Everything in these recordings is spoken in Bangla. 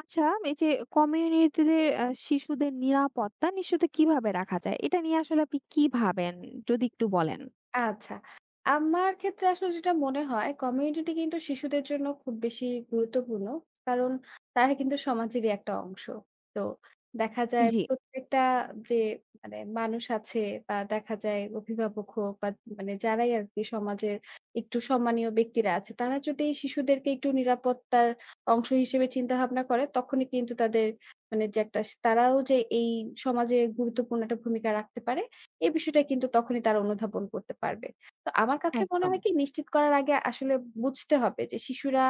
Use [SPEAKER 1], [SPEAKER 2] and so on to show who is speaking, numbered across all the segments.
[SPEAKER 1] আচ্ছা, এই যে কমিউনিটিতে শিশুদের নিরাপত্তা নিশ্চিত কিভাবে রাখা যায়? এটা নিয়ে আসলে আপনি কি ভাবেন? যদি একটু বলেন।
[SPEAKER 2] আচ্ছা। আমার ক্ষেত্রে আসলে যেটা মনে হয়, কমিউনিটি কিন্তু শিশুদের জন্য খুব বেশি গুরুত্বপূর্ণ। কারণ তারা কিন্তু সমাজেরই একটা অংশ। তো দেখা যায়
[SPEAKER 1] জি,
[SPEAKER 2] প্রত্যেকটা যে মানে মানুষ আছে, বা দেখা যায় অভিভাবক হোক বা মানে যারাই আরকি সমাজের একটু সম্মানীয় ব্যক্তিরা আছে, তারা যদি শিশুদেরকে একটু নিরাপত্তার অংশ হিসেবে চিন্তাভাবনা করে, তখনই কিন্তু তাদের মানে যে একটা, তারাও যে এই সমাজে গুরুত্বপূর্ণ একটা ভূমিকা রাখতে পারে, এই বিষয়টা কিন্তু তখনই তারা অনুধাবন করতে পারবে। তো আমার কাছে মনে
[SPEAKER 1] একদম।
[SPEAKER 2] হয় কি, নিশ্চিত করার আগে আসলে বুঝতে হবে যে শিশুরা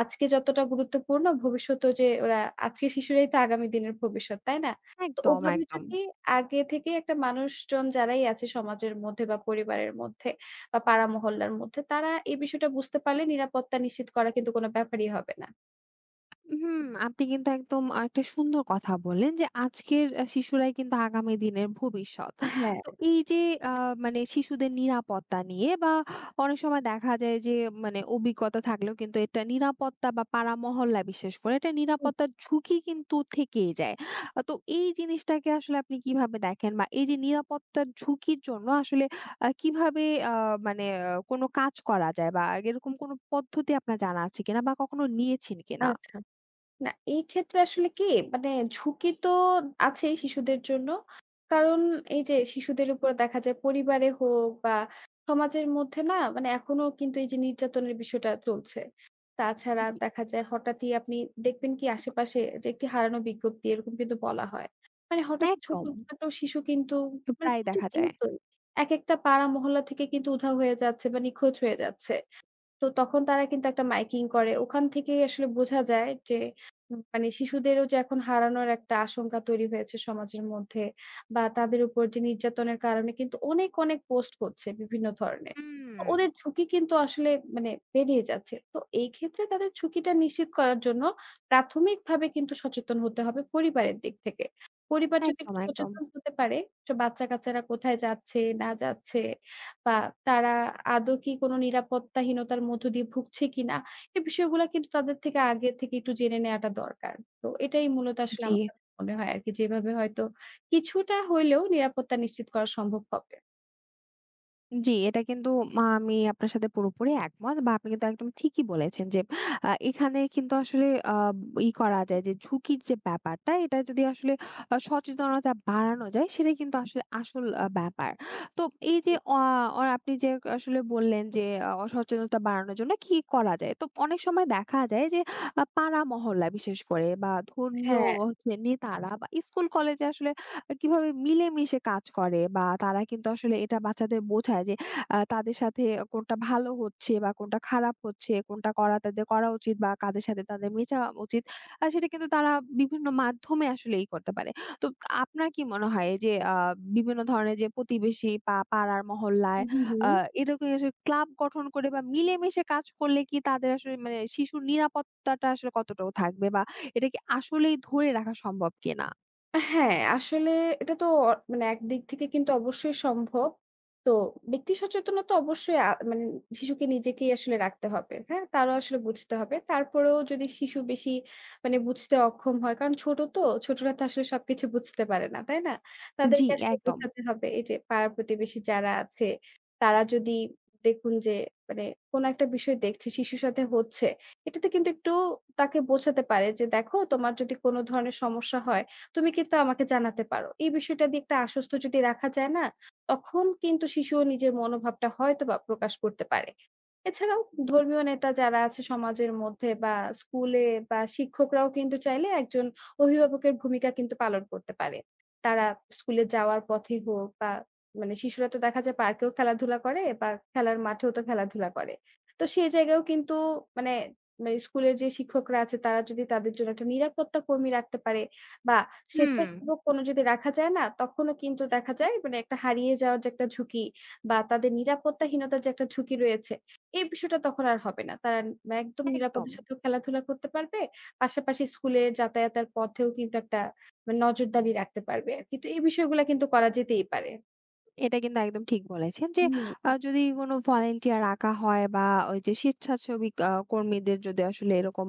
[SPEAKER 2] আজকে যতটা গুরুত্বপূর্ণ, ভবিষ্যতেও যে ওরা, আজকের শিশুরাই তো আগামী দিনের ভবিষ্যৎ, তাই না? তো
[SPEAKER 1] একদম,
[SPEAKER 2] ওভাবে
[SPEAKER 1] একদম।
[SPEAKER 2] যদি আগে থেকে একটা মানুষজন যারাই আছে সমাজের মধ্যে বা পরিবারের মধ্যে বা পাড়া মহল্লার মধ্যে, তারা এই বিষয়টা বুঝতে পারলে নিরাপত্তা নিশ্চিত করা কিন্তু কোনো ব্যাপারই হবে না।
[SPEAKER 1] হুম, আপনি কিন্তু একদম একটা সুন্দর কথা বললেন যে আজকের শিশুরাই কিন্তু আগামী দিনের ভবিষ্যৎ।
[SPEAKER 2] হ্যাঁ,
[SPEAKER 1] তো এই যে আ মানে শিশুদের নিরাপত্তা নিয়ে বা অনেক সময় দেখা যায় যে মানে অভিজ্ঞতা থাকলেও কিন্তু এটা নিরাপত্তা বা পাড়া মহল্লা বিশেষ করে এটা
[SPEAKER 2] হুম।
[SPEAKER 1] নিরাপত্তার ঝুঁকি কিন্তু থেকেই যায়। তো এই জিনিসটাকে আসলে আপনি কিভাবে দেখেন? বা এই যে নিরাপত্তার ঝুঁকির জন্য আসলে কিভাবে আ মানে কোনো কাজ করা যায় বা এরকম কোনো পদ্ধতি আপনার জানা আছে কিনা বা কখনো নিয়েছেন কিনা?
[SPEAKER 2] আচ্ছা। না, এই ক্ষেত্রে আসলে কি, মানে ঝুঁকি তো আছেই শিশুদের জন্য। কারণ এই যে শিশুদের উপর দেখা যায় পরিবারে হোক বা সমাজের মধ্যে, না মানে এখনো কিন্তু এই যে নির্যাতনের বিষয়টা চলছে। তাছাড়া
[SPEAKER 1] জি।
[SPEAKER 2] দেখা যায় হঠাৎই আপনি দেখবেন কি আশেপাশে যে একটি হারানো বিজ্ঞপ্তি এরকম কিন্তু বলা হয়। মানে হঠাৎ
[SPEAKER 1] একদম।
[SPEAKER 2] ছোটখাটো শিশু কিন্তু মানে
[SPEAKER 1] প্রায় দেখা যায়।
[SPEAKER 2] প্রতিনিয়তই একেকটা পাড়া মহল্লা থেকে কিন্তু উধাও হয়ে যাচ্ছে বা নিখোঁজ হয়ে যাচ্ছে। তো তখন তারা কিন্তু একটা মাইকিং করে। ওখান থেকেই আসলে বোঝা যায় যে, মানে শিশুদেরও যে এখন হারানোর একটা আশঙ্কা তৈরি হয়েছে সমাজের মধ্যে, বা তাদের উপর যে নির্যাতনের কারণে কিন্তু অনেক, অনেক পোস্ট হচ্ছে বিভিন্ন ধরনের।
[SPEAKER 1] হুম।
[SPEAKER 2] তো ওদের ঝুঁকি কিন্তু আসলে মানে পেরিয়ে যাচ্ছে। তো এই ক্ষেত্রে তাদের ঝুঁকিটা নিশ্চিত করার জন্য প্রাথমিকভাবে কিন্তু সচেতন হতে হবে পরিবারের দিক থেকে। পরিবার যদি
[SPEAKER 1] একদম,
[SPEAKER 2] একটু
[SPEAKER 1] একদম।
[SPEAKER 2] সচেতন হতে পারে, যে বাচ্চা-কাচ্চারা কোথায় যাচ্ছে না যাচ্ছে, বা তারা আদৌ কি কোনো নিরাপত্তাহীনতার মধ্য দিয়ে ভুগছে কিনা? এই বিষয়গুলা কিন্তু তাদের থেকে আগে থেকে একটু জেনে নেয়াটা দরকার। তো এটাই মূলত আসলে
[SPEAKER 1] জি।
[SPEAKER 2] আমার কাছে মনে হয় আরকি। যেভাবে হয়তো কিছুটা হইলেও নিরাপত্তা নিশ্চিত করা সম্ভব হবে।
[SPEAKER 1] জি, এটা কিন্তু আমি আপনার সাথে পুরোপুরি একমত বা আপনি কিন্তু একদম ঠিকই বলেছেন যে এখানে কিন্তু আসলে আ ই করা যায় যে ঝুঁকির যে ব্যাপারটা এটা যদি আসলে সচেতনতা বাড়ানো যায় সেটাই কিন্তু আসলে আসল ব্যাপার। তো এই যে অ অ আপনি যে আসলে বললেন যে সচেতনতা বাড়ানোর জন্য কি করা যায়? তো অনেক সময় দেখা যায় যে পাড়া মহল্লা বিশেষ করে বা ধর্মীয়
[SPEAKER 2] হ্যাঁ।
[SPEAKER 1] নেতারা বা স্কুল কলেজে আসলে কিভাবে মিলেমিশে কাজ করে বা তারা কিন্তু আসলে এটা বাচ্চাদের বোঝায় যে তাদের সাথে কোনটা ভালো হচ্ছে বা কোনটা খারাপ হচ্ছে, কোনটা করা তাদের করা উচিত বা কাদের সাথে তাদের মেশা উচিত। সেটা কিন্তু তারা বিভিন্ন মাধ্যমে আসলেই করতে পারে। তো আপনার কি মনে হয় যে বিভিন্ন ধরনের যে প্রতিবেশী বা পাড়ার মহল্লায়
[SPEAKER 2] হু, হু।
[SPEAKER 1] আ এরকম আসলে ক্লাব গঠন করে বা মিলেমিশে কাজ করলে কি তাদের আসলে মানে শিশুর নিরাপত্তাটা আসলে কতটুকু থাকবে বা এটা কি আসলেই ধরে রাখা সম্ভব কিনা?
[SPEAKER 2] হ্যাঁ, আসলে এটা তো মানে একদিক থেকে কিন্তু অবশ্যই সম্ভব। তো ব্যক্তি সচেতনতা অবশ্যই, মানে শিশুকে নিজেকেই আসলে রাখতে হবে। হ্যাঁ? তারও আসলে বুঝতে হবে। তারপরেও যদি শিশু বেশি মানে বুঝতে অক্ষম হয়, কারণ ছোট তো, ছোটরা তো আসলে সবকিছু বুঝতে পারে না, তাই না?
[SPEAKER 1] জি,
[SPEAKER 2] তাদেরকে আসলে
[SPEAKER 1] একদম।
[SPEAKER 2] বোঝাতে হবে, এই যে পাড়া-প্রতিবেশী যারা আছে, তারা যদি দেখুন যে মানে কোনো একটা বিষয় দেখছে, শিশুর সাথে হচ্ছে, এটাতে কিন্তু একটু তাকে বোঝাতে পারে যে, "দেখো, তোমার যদি কোনো ধরনের সমস্যা হয়, তুমি কিন্তু আমাকে জানাতে পারো।" এই বিষয়টা দিয়ে একটা আশ্বস্ত যদি রাখা যায় না, তখন কিন্তু শিশুও নিজের মনোভাবটা হয়তোবা প্রকাশ করতে পারে। এছাড়াও ধর্মীয় নেতা যারা আছে সমাজের মধ্যে, বা স্কুলে বা শিক্ষকরাও কিন্তু চাইলে একজন অভিভাবকের ভূমিকা কিন্তু পালন করতে পারে। তারা স্কুলে যাওয়ার পথে হোক বা মানে শিশুরা তো দেখা যায় পার্কেও খেলাধুলা করে বা খেলার মাঠেও তো খেলাধুলা করে। তো সেই জায়গায়ও কিন্তু মানে মানে স্কুলের যে শিক্ষকরা আছে তারা যদি তাদের জন্য একটা নিরাপত্তা কর্মী রাখতে পারে, বা
[SPEAKER 1] হুম,
[SPEAKER 2] স্বেচ্ছাসেবক কোনো যদি রাখা যায় না, তখনও কিন্তু দেখা যায় মানে একটা হারিয়ে যাওয়ার যে একটা ঝুঁকি, বা তাদের নিরাপত্তাহীনতার যে একটা ঝুঁকি রয়েছে, এই বিষয়টা তখন আর হবে না। তারা মানে একদম
[SPEAKER 1] একদম।
[SPEAKER 2] নিরাপদের সাথেও খেলাধুলা করতে পারবে। পাশাপাশি স্কুলে যাতায়াতের পথেও কিন্তু একটা মানে নজরদারি রাখতে পারবে। কিন্তু এই বিষয়গুলা কিন্তু করা যেতেই পারে।
[SPEAKER 1] এটা কিন্তু একদম ঠিক বলেছেন যে
[SPEAKER 2] হুম, হুম।
[SPEAKER 1] যদি কোন ভলান্টিয়ার রাখা হয় বা ওই যে স্বেচ্ছাসেবী কর্মীদের যদি আসলে এরকম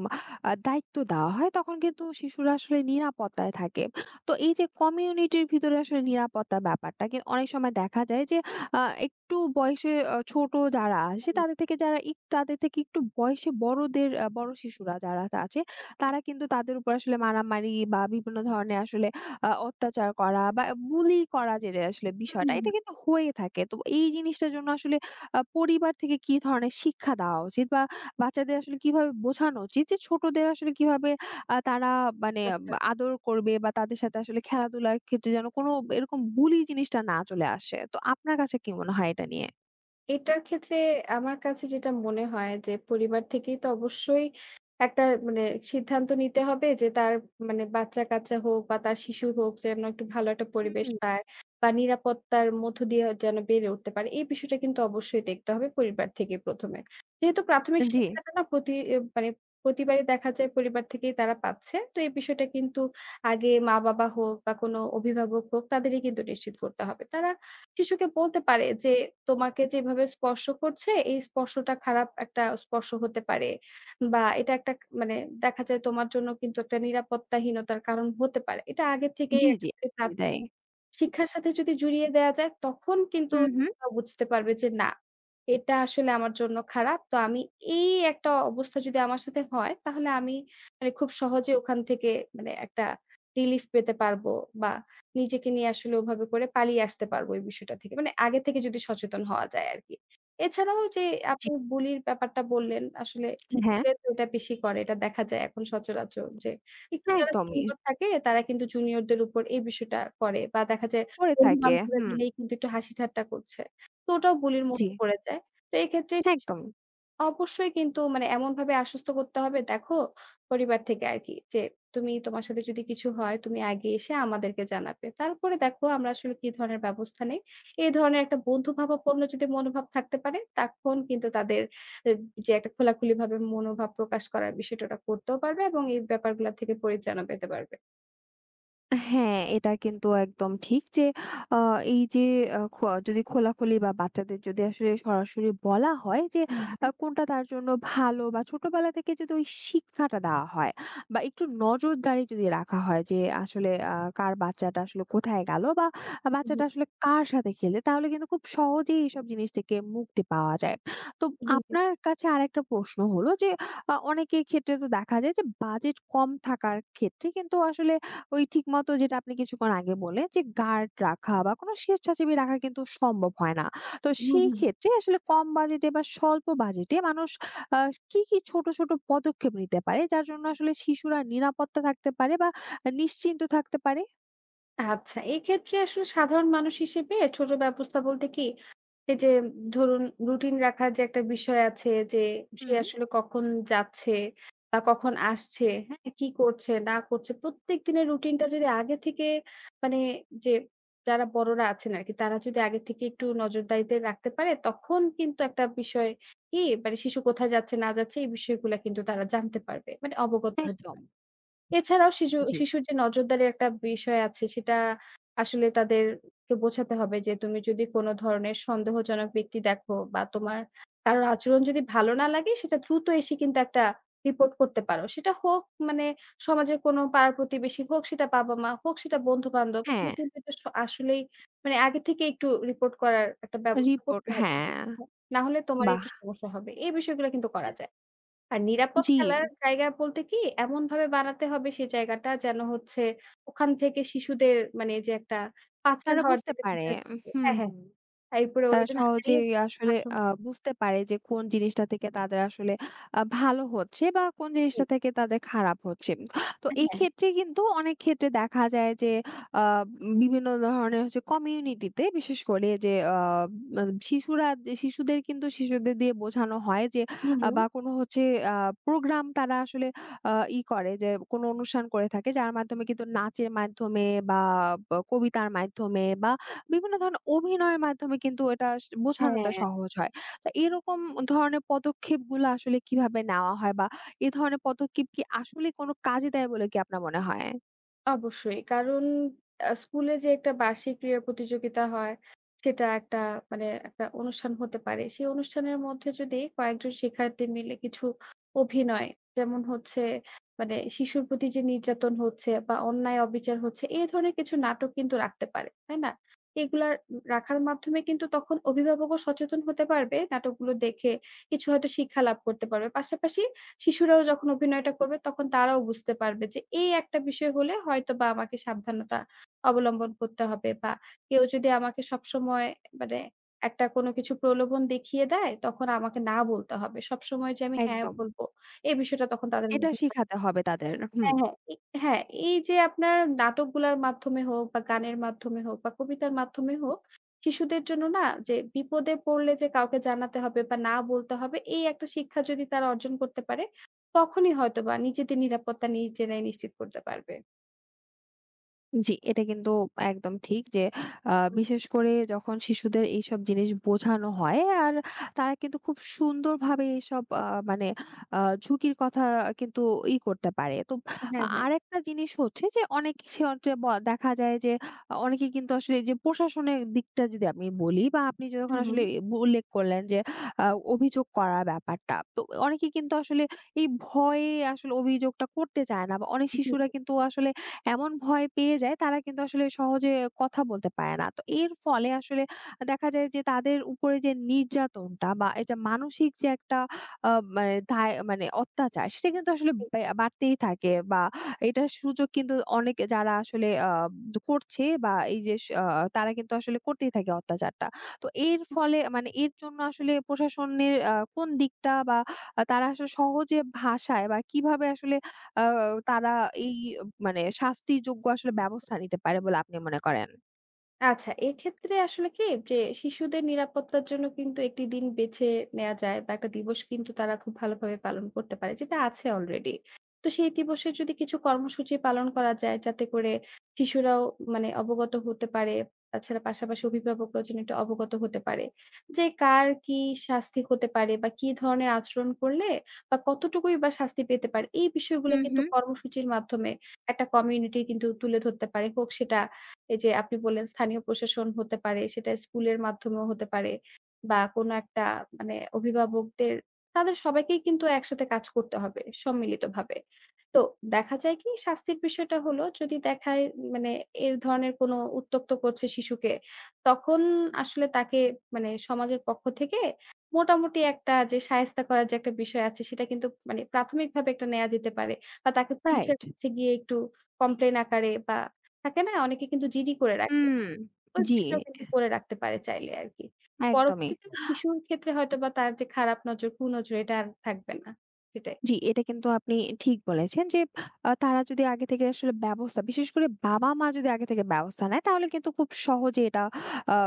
[SPEAKER 1] দায়িত্ব দেওয়া হয় তখন কিন্তু শিশুরা আসলে নিরাপত্তায় থাকে। তো এই যে কমিউনিটির ভিতরে আসলে নিরাপত্তা ব্যাপারটা কি অনেক সময় দেখা যায় যে আ একটু বয়সে ছোট যারা আসে তাদের থেকে যারা তাদের থেকে একটু বয়সে বড়দের বড় শিশুরা যারা আছে তারা কিন্তু তাদের উপর আসলে মারামারি বা বিভিন্ন ধরনের আসলে অত্যাচার করা বা বুলি করা যেটা আসলে
[SPEAKER 2] হুম,
[SPEAKER 1] বিষয়টা,
[SPEAKER 2] হুম,
[SPEAKER 1] এটা
[SPEAKER 2] হুম।
[SPEAKER 1] কিন্তু হয়ে থাকে। তো এই জিনিসটার জন্য আসলে পরিবার থেকে কি ধরনের শিক্ষা দেওয়া উচিত বা বাচ্চাদের আসলে কিভাবে বোঝানো উচিত যে ছোটদের আসলে কিভাবে তারা মানে
[SPEAKER 2] আচ্ছা।
[SPEAKER 1] আদর করবে বা তাদের সাথে আসলে খেলাধুলার ক্ষেত্রে যেন কোনো এরকম বুলি জিনিসটা না চলে আসে। তো আপনার কাছে কি মনে হয় এটা নিয়ে?
[SPEAKER 2] এটার ক্ষেত্রে আমার কাছে যেটা মনে হয়, যে পরিবার থেকেই তো অবশ্যই একটা মানে সিদ্ধান্ত নিতে হবে যে তার মানে বাচ্চা-কাচ্চা হোক বা তার শিশু হোক, যেন একটু ভালো একটা পরিবেশ
[SPEAKER 1] হুম।
[SPEAKER 2] পায় বা নিরাপত্তার মধ্য দিয়ে যেন বেড়ে উঠতে পারে। এই বিষয়টা কিন্তু অবশ্যই দেখতে হবে পরিবার থেকে ১ম এ। যেহেতু প্রাথমিক
[SPEAKER 1] জি,
[SPEAKER 2] শিক্ষাটা না, প্রতি এ মানে প্রতিবারই দেখা যায় পরিবার থেকেই তারা পাচ্ছে। তো এই বিষয়টা কিন্তু আগে মা-বাবা হোক বা কোনো অভিভাবক হোক, তাদেরই কিন্তু নিশ্চিত করতে হবে। তারা শিশুকে বলতে পারে যে, "তোমাকে যেভাবে স্পর্শ করছে, এই স্পর্শটা খারাপ একটা স্পর্শ হতে পারে। বা এটা একটা মানে দেখা যায় তোমার জন্য কিন্তু একটা নিরাপত্তাহীনতার কারণ হতে পারে।" এটা আগে থেকেই
[SPEAKER 1] জি, জি।
[SPEAKER 2] একটা
[SPEAKER 1] তাই।
[SPEAKER 2] শিক্ষার সাথে যদি জুড়িয়ে দেয়া যায়, তখন কিন্তু
[SPEAKER 1] হুম, হুম।
[SPEAKER 2] তারা বুঝতে পারবে যে, না, এটা আসলে আমার জন্য খারাপ। তো আমি এই একটা অবস্থা যদি আমার সাথে হয়, তাহলে আমি মানে খুব সহজে ওখান থেকে মানে একটা রিলিফ পেতে পারবো, বা নিজেকে নিয়ে আসলে ওভাবে করে পালিয়ে আসতে পারবো এই বিষয়টা থেকে। মানে আগে থেকে যদি সচেতন হওয়া যায় আরকি। এছাড়াও যে
[SPEAKER 1] জি।
[SPEAKER 2] আপনি বুলির ব্যাপারটা বললেন আসলে,
[SPEAKER 1] হ্যাঁ,
[SPEAKER 2] স্কুলে তো এটা বেশি করে। এটা দেখা যায় এখন সচরাচর যে একটু
[SPEAKER 1] হ্যাঁ,
[SPEAKER 2] যারা
[SPEAKER 1] একদমই।
[SPEAKER 2] সিনিয়র থাকে, তারা কিন্তু জুনিয়রদের উপর এই বিষয়টা করে, বা দেখা যায়
[SPEAKER 1] করে থাকে।
[SPEAKER 2] বন্ধু-বান্ধবরা
[SPEAKER 1] হুম,
[SPEAKER 2] মিলেই কিন্তু একটু হাসি ঠাট্টা করছে। তো ওটাও বুলির
[SPEAKER 1] জি,
[SPEAKER 2] মধ্যে পড়ে যায়। তো এক্ষেত্রে
[SPEAKER 1] একদম।
[SPEAKER 2] অবশ্যই কিন্তু মানে এমনভাবে আশ্বস্ত করতে হবে, দেখো পরিবার থেকে আরকি যে, "তুমি তোমার সাথে যদি কিছু হয়, তুমি আগে এসে আমাদেরকে জানাবে। তারপরে দেখো আমরা আসলে কি ধরনের ব্যবস্থা নেই।" এই ধরনের একটা বন্ধুভাবাপন্ন যদি মনোভাব থাকতে পারে, তখন কিন্তু তাদের এ যে একটা খোলাখুলিভাবে মনোভাব প্রকাশ করার বিষয়টা ওরা করতেও পারবে, এবং এই ব্যাপারগুলা থেকে পরিত্রাণও পেতে পারবে।
[SPEAKER 1] হ্যাঁ, এটা কিন্তু একদম ঠিক যে আ এই যে আ খ যদি খোলাখুলি বা বাচ্চাদের যদি আসলে সরাসরি বলা হয় যে
[SPEAKER 2] হুম, হ্যাঁ।
[SPEAKER 1] কোনটা তার জন্য ভালো বা ছোটবেলা থেকে যদি ওই শিক্ষাটা দেওয়া হয় বা একটু নজরদারি যদি রাখা হয় যে আসলে কার বাচ্চাটা আসলে কোথায় গেল বা
[SPEAKER 2] হুম, হুম,
[SPEAKER 1] বাচ্চাটা আসলে কার সাথে খেলে তাহলে কিন্তু খুব সহজেই এইসব জিনিস থেকে মুক্তি পাওয়া যায়। তো
[SPEAKER 2] জি, জি।
[SPEAKER 1] আপনার কাছে আরেকটা প্রশ্ন হলো যে অনেকের ক্ষেত্রে তো দেখা যায় যে বাজেট কম থাকার ক্ষেত্রে কিন্তু আসলে ওই ঠিকমতো যেটা আপনি কিছুক্ষণ আগে বললেন যে গার্ড রাখা বা কোনো স্বেচ্ছাসেবী রাখা কিন্তু সম্ভব হয় না। তো
[SPEAKER 2] হুম,
[SPEAKER 1] সেই
[SPEAKER 2] হুম।
[SPEAKER 1] ক্ষেত্রে আসলে কম বাজেটে বা স্বল্প বাজেটে মানুষ আ কি, কি ছোট, ছোট পদক্ষেপ নিতে পারে যার জন্য আসলে শিশুরা নিরাপত্তা থাকতে পারে বা নিশ্চিন্ত থাকতে পারে?
[SPEAKER 2] আচ্ছা, এক্ষেত্রে আসলে সাধারণ মানুষ হিসেবে ছোট ব্যবস্থা বলতে কি, এই যে ধরুন, রুটিন রাখার যে একটা বিষয় আছে, যে সে
[SPEAKER 1] হুম।
[SPEAKER 2] আসলে কখন যাচ্ছে বা কখন আসছে, হ্যাঁ? কি করছে না করছে, প্রত্যেক দিনের রুটিনটা যদি আগে থেকে মানে যে যারা বড়রা আছেন আরকি, তারা যদি আগে থেকে একটু নজরদারিতে রাখতে পারে, তখন কিন্তু একটা বিষয় কি, মানে শিশু কোথায় যাচ্ছে না যাচ্ছে, এই বিষয়গুলা কিন্তু তারা জানতে পারবে। মানে অবগত হতে
[SPEAKER 1] একদম।
[SPEAKER 2] পারবে। এছাড়াও শিশু
[SPEAKER 1] জি।
[SPEAKER 2] শিশুর যে নজরদারির একটা বিষয় আছে, সেটা আসলে তাদেরকে বোঝাতে হবে যে, তুমি যদি কোন ধরনের সন্দেহজনক ব্যক্তি দেখো, বা তোমার কারোর আচরণ যদি ভালো না লাগে, সেটা দ্রুত এসে কিন্তু একটা রিপোর্ট করতে পারো। সেটা হোক মানে সমাজের কোনো পাড়া প্রতিবেশী হোক, সেটা বাবা-মা হোক, সেটা বন্ধু-বান্ধব। তুমি
[SPEAKER 1] হ্যাঁ,
[SPEAKER 2] কিন্তু এটা স আসলেই মানে আগে থেকে একটু রিপোর্ট করার একটা ব্যবস্থা
[SPEAKER 1] রিপোর্ট
[SPEAKER 2] করতে হবে।
[SPEAKER 1] হ্যাঁ,
[SPEAKER 2] না হলে তোমারই
[SPEAKER 1] বাহ!
[SPEAKER 2] একটু সমস্যা হবে। এই বিষয়গুলো কিন্তু করা যায়। আর নিরাপদ
[SPEAKER 1] জি,
[SPEAKER 2] খেলার জায়গা বলতে কি, এমনভাবে বানাতে হবে সেই জায়গাটা, যেন হচ্ছে ওখান থেকে শিশুদের মানে যে একটা পাচার
[SPEAKER 1] তারা
[SPEAKER 2] হওয়ার যে
[SPEAKER 1] বুঝতে
[SPEAKER 2] একটা
[SPEAKER 1] পারে।
[SPEAKER 2] বিষয় থাকে। হ্যাঁ,
[SPEAKER 1] হুম,
[SPEAKER 2] হ্যাঁ।
[SPEAKER 1] হুম।
[SPEAKER 2] এরপরে ওরা
[SPEAKER 1] তারা
[SPEAKER 2] যেন হারিয়ে
[SPEAKER 1] সহজেই
[SPEAKER 2] যাওয়ার
[SPEAKER 1] আসলে
[SPEAKER 2] আশঙ্কা।
[SPEAKER 1] বুঝতে পারে যে কোন জিনিসটা থেকে তাদের আসলে ভালো হচ্ছে বা কোন
[SPEAKER 2] জি।
[SPEAKER 1] জিনিসটা থেকে তাদের খারাপ হচ্ছে। তো এই
[SPEAKER 2] হ্যাঁ,
[SPEAKER 1] ক্ষেত্রে কিন্তু অনেক ক্ষেত্রে দেখা যায় যে আ বিভিন্ন ধরনের কমিউনিটিতে বিশেষ করে যে আ আ শিশুরা শিশুদের কিন্তু শিশুদের দিয়ে বোঝানো হয় যে
[SPEAKER 2] হু, হু।
[SPEAKER 1] বা কোনো আ প্রোগ্রাম তারা আসলে আ ই করে যে কোনো অনুষ্ঠান করে থাকে যার মাধ্যমে কিন্তু নাচের মাধ্যমে বা কবিতার মাধ্যমে বা বিভিন্ন ধরনের অভিনয়ের মাধ্যমে কিন্তু এটা বোঝানোটা
[SPEAKER 2] হ্যাঁ।
[SPEAKER 1] সহজ হয়। তো এরকম ধরনের পদক্ষেপগুলো আসলে কিভাবে নেওয়া হয়? বা এ ধরনের পদক্ষেপ কি আসলে কোনো কাজে দেয় বলে কি আপনার মনে হয়?
[SPEAKER 2] অবশ্যই। কারণ স্কুলে যে একটা বার্ষিক ক্রীড়া প্রতিযোগিতা হয়, সেটা একটা মানে একটা অনুষ্ঠান হতে পারে। সেই অনুষ্ঠানের মধ্যে যদি কয়েকজন শিক্ষার্থী মিলে কিছু অভিনয়, যেমন হচ্ছে মানে শিশুর প্রতি যে নির্যাতন হচ্ছে বা অন্যায় অবিচার হচ্ছে, এই ধরনের কিছু নাটক কিন্তু রাখতে পারে। তাই না? এগুলা রাখার মাধ্যমে কিন্তু তখন অভিভাবকও সচেতন হতে পারবে। নাটকগুলো দেখে কিছু হয়তো শিক্ষা লাভ করতে পারবে। পাশাপাশি শিশুরাও যখন অভিনয়টা করবে, তখন তারাও বুঝতে পারবে যে, এই একটা বিষয় হলে হয়তোবা আমাকে সাবধানতা অবলম্বন করতে হবে, বা কেউ যদি আমাকে সবসময় মানে একটা কোনো কিছু প্রলোভন দেখিয়ে দেয়, তখন আমাকে না বলতে হবে। সবসময় যে আমি হ্যাঁ
[SPEAKER 1] একদম।
[SPEAKER 2] বলব, এই বিষয়টা তখন তাদের
[SPEAKER 1] এটা
[SPEAKER 2] মধ্যে থাকবে না।
[SPEAKER 1] শিখাতে হবে তাদের। হুম।
[SPEAKER 2] হ্যাঁ, হ্যাঁ। হ্যাঁ, এই যে আপনার নাটকগুলার মাধ্যমে হোক বা গানের মাধ্যমে হোক বা কবিতার মাধ্যমে হোক, শিশুদের জন্য না, যে বিপদে পড়লে যে কাউকে জানাতে হবে বা না বলতে হবে, এই একটা শিক্ষা যদি তারা অর্জন করতে পারে, তখনই হয়তোবা নিজেদের নিরাপত্তা নিজেরাই নিশ্চিত করতে পারবে।
[SPEAKER 1] জি, এটা কিন্তু একদম ঠিক যে
[SPEAKER 2] হুম।
[SPEAKER 1] বিশেষ করে যখন শিশুদের এইসব জিনিস বোঝানো হয় আর তারা কিন্তু খুব সুন্দরভাবে এইসব মানে ঝুঁকির কথা কিন্তু করতে পারে। তো
[SPEAKER 2] হ্যাঁ, হ্যাঁ।
[SPEAKER 1] আরেকটা জিনিস হচ্ছে যে অনেক ক্ষেত্রে দেখা যায় যে অনেকে কিন্তু আসলে এই যে প্রশাসনের দিকটা যদি আমি বলি বা আপনি যখন
[SPEAKER 2] হুম,
[SPEAKER 1] আসলে
[SPEAKER 2] হুম।
[SPEAKER 1] উল্লেখ করলেন যে আ অভিযোগ করার ব্যাপারটা। তো অনেকে কিন্তু আসলে এই ভয়ে আসলে অভিযোগটা করতে চায় না বা অনেক
[SPEAKER 2] জি।
[SPEAKER 1] শিশুরা কিন্তু আসলে এমন ভয় পেয়ে যায় তারা কিন্তু আসলে সহজে কথা বলতে পারে না। তো এর ফলে আসলে দেখা যায় যে তাদের উপরে যে নির্যাতনটা বা এই যে মানসিক যে একটা আ মানে মানে অত্যাচার সেটা কিন্তু আসলে বাড়তেই থাকে বা এটার সুযোগ কিন্তু অনেকে যারা আসলে করছে বা এই যে স আ তারা কিন্তু আসলে করতেই থাকে অত্যাচারটা। তো এর ফলে মানে এর জন্য আসলে প্রশাসনের কোন দিকটা বা তারা আসলে সহজে ভাষায় বা কিভাবে আসলে আ তারা এই মানে শাস্তিযোগ্য আসলে ব্যবস্থা নিতে পারে বলে আপনি মনে করেন?
[SPEAKER 2] আচ্ছা, এক্ষেত্রে আসলে কি, যে শিশুদের নিরাপত্তার জন্য কিন্তু একটি দিন বেছে নেয়া যায়, বা একটা দিবস কিন্তু তারা খুব ভালোভাবে পালন করতে পারে যেটা আছে অলরেডি। তো সেই দিবসে যদি কিছু কর্মসূচি পালন করা যায়, যাতে করে শিশুরাও মানে অবগত হতে পারে। তাছাড়া পাশাপাশি অভিভাবকরাও যেন একটু অবগত হতে পারে। যে কার কি শাস্তি হতে পারে, বা কি ধরনের আচরণ করলে বা কতটুকুই বা শাস্তি পেতে পারে, এই বিষয়গুলো
[SPEAKER 1] হুম,
[SPEAKER 2] কিন্তু
[SPEAKER 1] হুম।
[SPEAKER 2] কর্মসূচির মাধ্যমে একটা কমিউনিটি কিন্তু তুলে ধরতে পারে। হোক সেটা, এই যে আপনি বললেন স্থানীয় প্রশাসন হতে পারে, সেটা স্কুলের মাধ্যমেও হতে পারে, বা কোনো একটা মানে অভিভাবকদের, তাদের সবাইকেই কিন্তু একসাথে কাজ করতে হবে সম্মিলিতভাবে। তো দেখা যায় কি, শাস্তির বিষয়টা হলো, যদি দেখায় মানে এর ধরনের কোনো উত্ত্যক্ত করছে শিশুকে, তখন আসলে তাকে মানে সমাজের পক্ষ থেকে মোটামুটি একটা যে শায়েস্তা করার যে একটা বিষয় আছে, সেটা কিন্তু মানে প্রাথমিকভাবে একটা নেয়া যেতে পারে। বা তাকে পুলিশের
[SPEAKER 1] রাইট।
[SPEAKER 2] কাছে গিয়ে একটু কমপ্লেইন আকারে, বা থাকে না? অনেকে কিন্তু জিডি করে রাখে।
[SPEAKER 1] হুম।
[SPEAKER 2] ওই
[SPEAKER 1] জি,
[SPEAKER 2] বিষয়টাও কিন্তু করে রাখতে পারে চাইলে আরকি।
[SPEAKER 1] একদমই।
[SPEAKER 2] পরবর্তীতে শিশুর ক্ষেত্রে হয়তোবা তার যে খারাপ নজর, কুনজর, এটা আর থাকবে না। সেটাই।
[SPEAKER 1] জি, এটা কিন্তু আপনি ঠিক বলেছেন যে তারা যদি আগে থেকে আসলে ব্যবস্থা বিশেষ করে বাবা-মা যদি আগে থেকে ব্যবস্থা নেয় তাহলে কিন্তু খুব সহজে এটা আ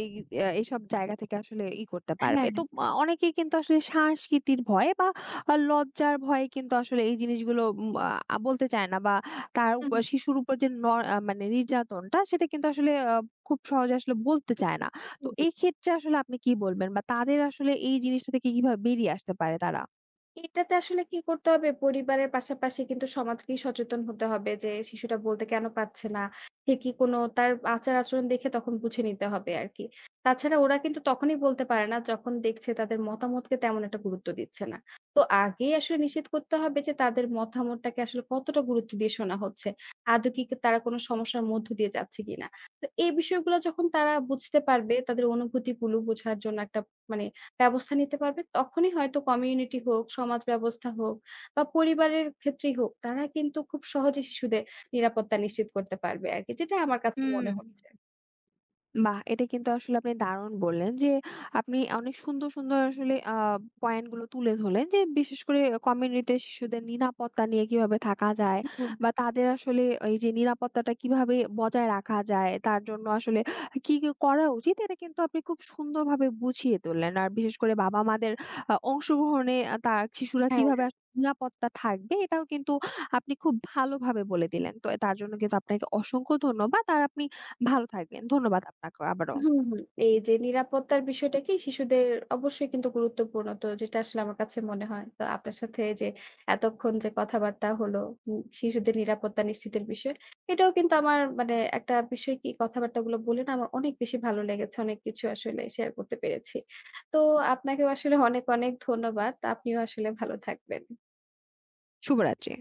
[SPEAKER 1] এই আ এইসব জায়গা থেকে আসলে করতে পারবে।
[SPEAKER 2] হ্যাঁ,
[SPEAKER 1] তো
[SPEAKER 2] হ্যাঁ।
[SPEAKER 1] অনেকেই কিন্তু আসলে সংস্কৃতির ভয়ে বা লজ্জার ভয়ে কিন্তু আসলে এই জিনিসগুলো উম আ বলতে চায় না বা তার
[SPEAKER 2] হুম,
[SPEAKER 1] উপর
[SPEAKER 2] হুম।
[SPEAKER 1] শিশুর উপর যে ন আ মানে নির্যাতনটা সেটা কিন্তু আসলে খুব সহজে আসলে বলতে চায় না। তো
[SPEAKER 2] জি, জি।
[SPEAKER 1] এই ক্ষেত্রে আসলে আপনি কি বলবেন বা তাদের আসলে এই জিনিসটা থেকে কিভাবে বেরিয়ে আসতে পারে তারা?
[SPEAKER 2] এটাতে আসলে কি করতে হবে? পরিবারের পাশাপাশি কিন্তু সমাজকেই সচেতন হতে হবে যে, শিশুটা বলতে কেন পারছে না? সে কি কোনো, তার আচার-আচরণ দেখে তখন বুঝে নিতে হবে আরকি। তাছাড়া ওরা কিন্তু তখনই বলতে পারে না, যখন দেখছে তাদের মতামতকে তেমন একটা গুরুত্ব দিচ্ছে না। তো আগেই আসলে নিশ্চিত করতে হবে যে, তাদের মতামতটাকে আসলে কতটা গুরুত্ব দিয়ে শোনা হচ্ছে? আদৌ কি তারা কোনো সমস্যার মধ্য দিয়ে যাচ্ছে কিনা? তো এই বিষয়গুলো যখন তারা বুঝতে পারবে, তাদের অনুভূতিগুলো বোঝার জন্য একটা মানে ব্যবস্থা নিতে পারবে, তখনই হয়তো কমিউনিটি হোক, সমাজ ব্যবস্থা হোক, বা পরিবারের ক্ষেত্রেই হোক, তারা কিন্তু খুব সহজে শিশুদের নিরাপত্তা নিশ্চিত করতে পারবে আরকি। যেটা আমার কাছে
[SPEAKER 1] হুম।
[SPEAKER 2] মনে হচ্ছে।
[SPEAKER 1] বাহ! এটা কিন্তু আসলে আপনি দারুণ বললেন যে, আপনি অনেক সুন্দর, সুন্দর আসলে পয়েন্ট গুলো তুলে ধরলেন যে, বিশেষ করে কমিউনিটিতে শিশুদের নিরাপত্তা নিয়ে কিভাবে থাকা যায়
[SPEAKER 2] হুম।
[SPEAKER 1] বা তাদের আসলে এই যে নিরাপত্তাটা কিভাবে বজায় রাখা যায়, তার জন্য আসলে কি, কি করা উচিত এটা কিন্তু আপনি খুব সুন্দরভাবে বুঝিয়ে তুললেন। আর বিশেষ করে বাবা-মাদের অংশগ্রহণে তার শিশুরা
[SPEAKER 2] হ্যাঁ।
[SPEAKER 1] কিভাবে নিরাপত্তা থাকবে এটাও কিন্তু আপনি খুব ভালোভাবে বলে দিলেন। তো তার জন্য কিন্তু আপনাকে অসংখ্য ধন্যবাদ। আর আপনি ভালো থাকবেন। ধন্যবাদ আপনাকেও আবারও।
[SPEAKER 2] হুম, হুম। এই যে নিরাপত্তার বিষয়টা কি শিশুদের অবশ্যই কিন্তু গুরুত্বপূর্ণ। তো যেটা আসলে আমার কাছে মনে হয়। তো আপনার সাথে এই যে এতক্ষণ যে কথাবার্তা হলো শিশুদের নিরাপত্তা নিশ্চিতের বিষয়ে, এটাও কিন্তু আমার মানে একটা বিষয় কি, কথাবার্তাগুলো বলে না, আমার অনেক বেশি ভালো লেগেছে। অনেক কিছু আসলে শেয়ার করতে পেরেছি। তো আপনাকেও আসলে অনেক, অনেক ধন্যবাদ। আপনিও আসলে ভালো থাকবেন।
[SPEAKER 1] শুভরাত্রি।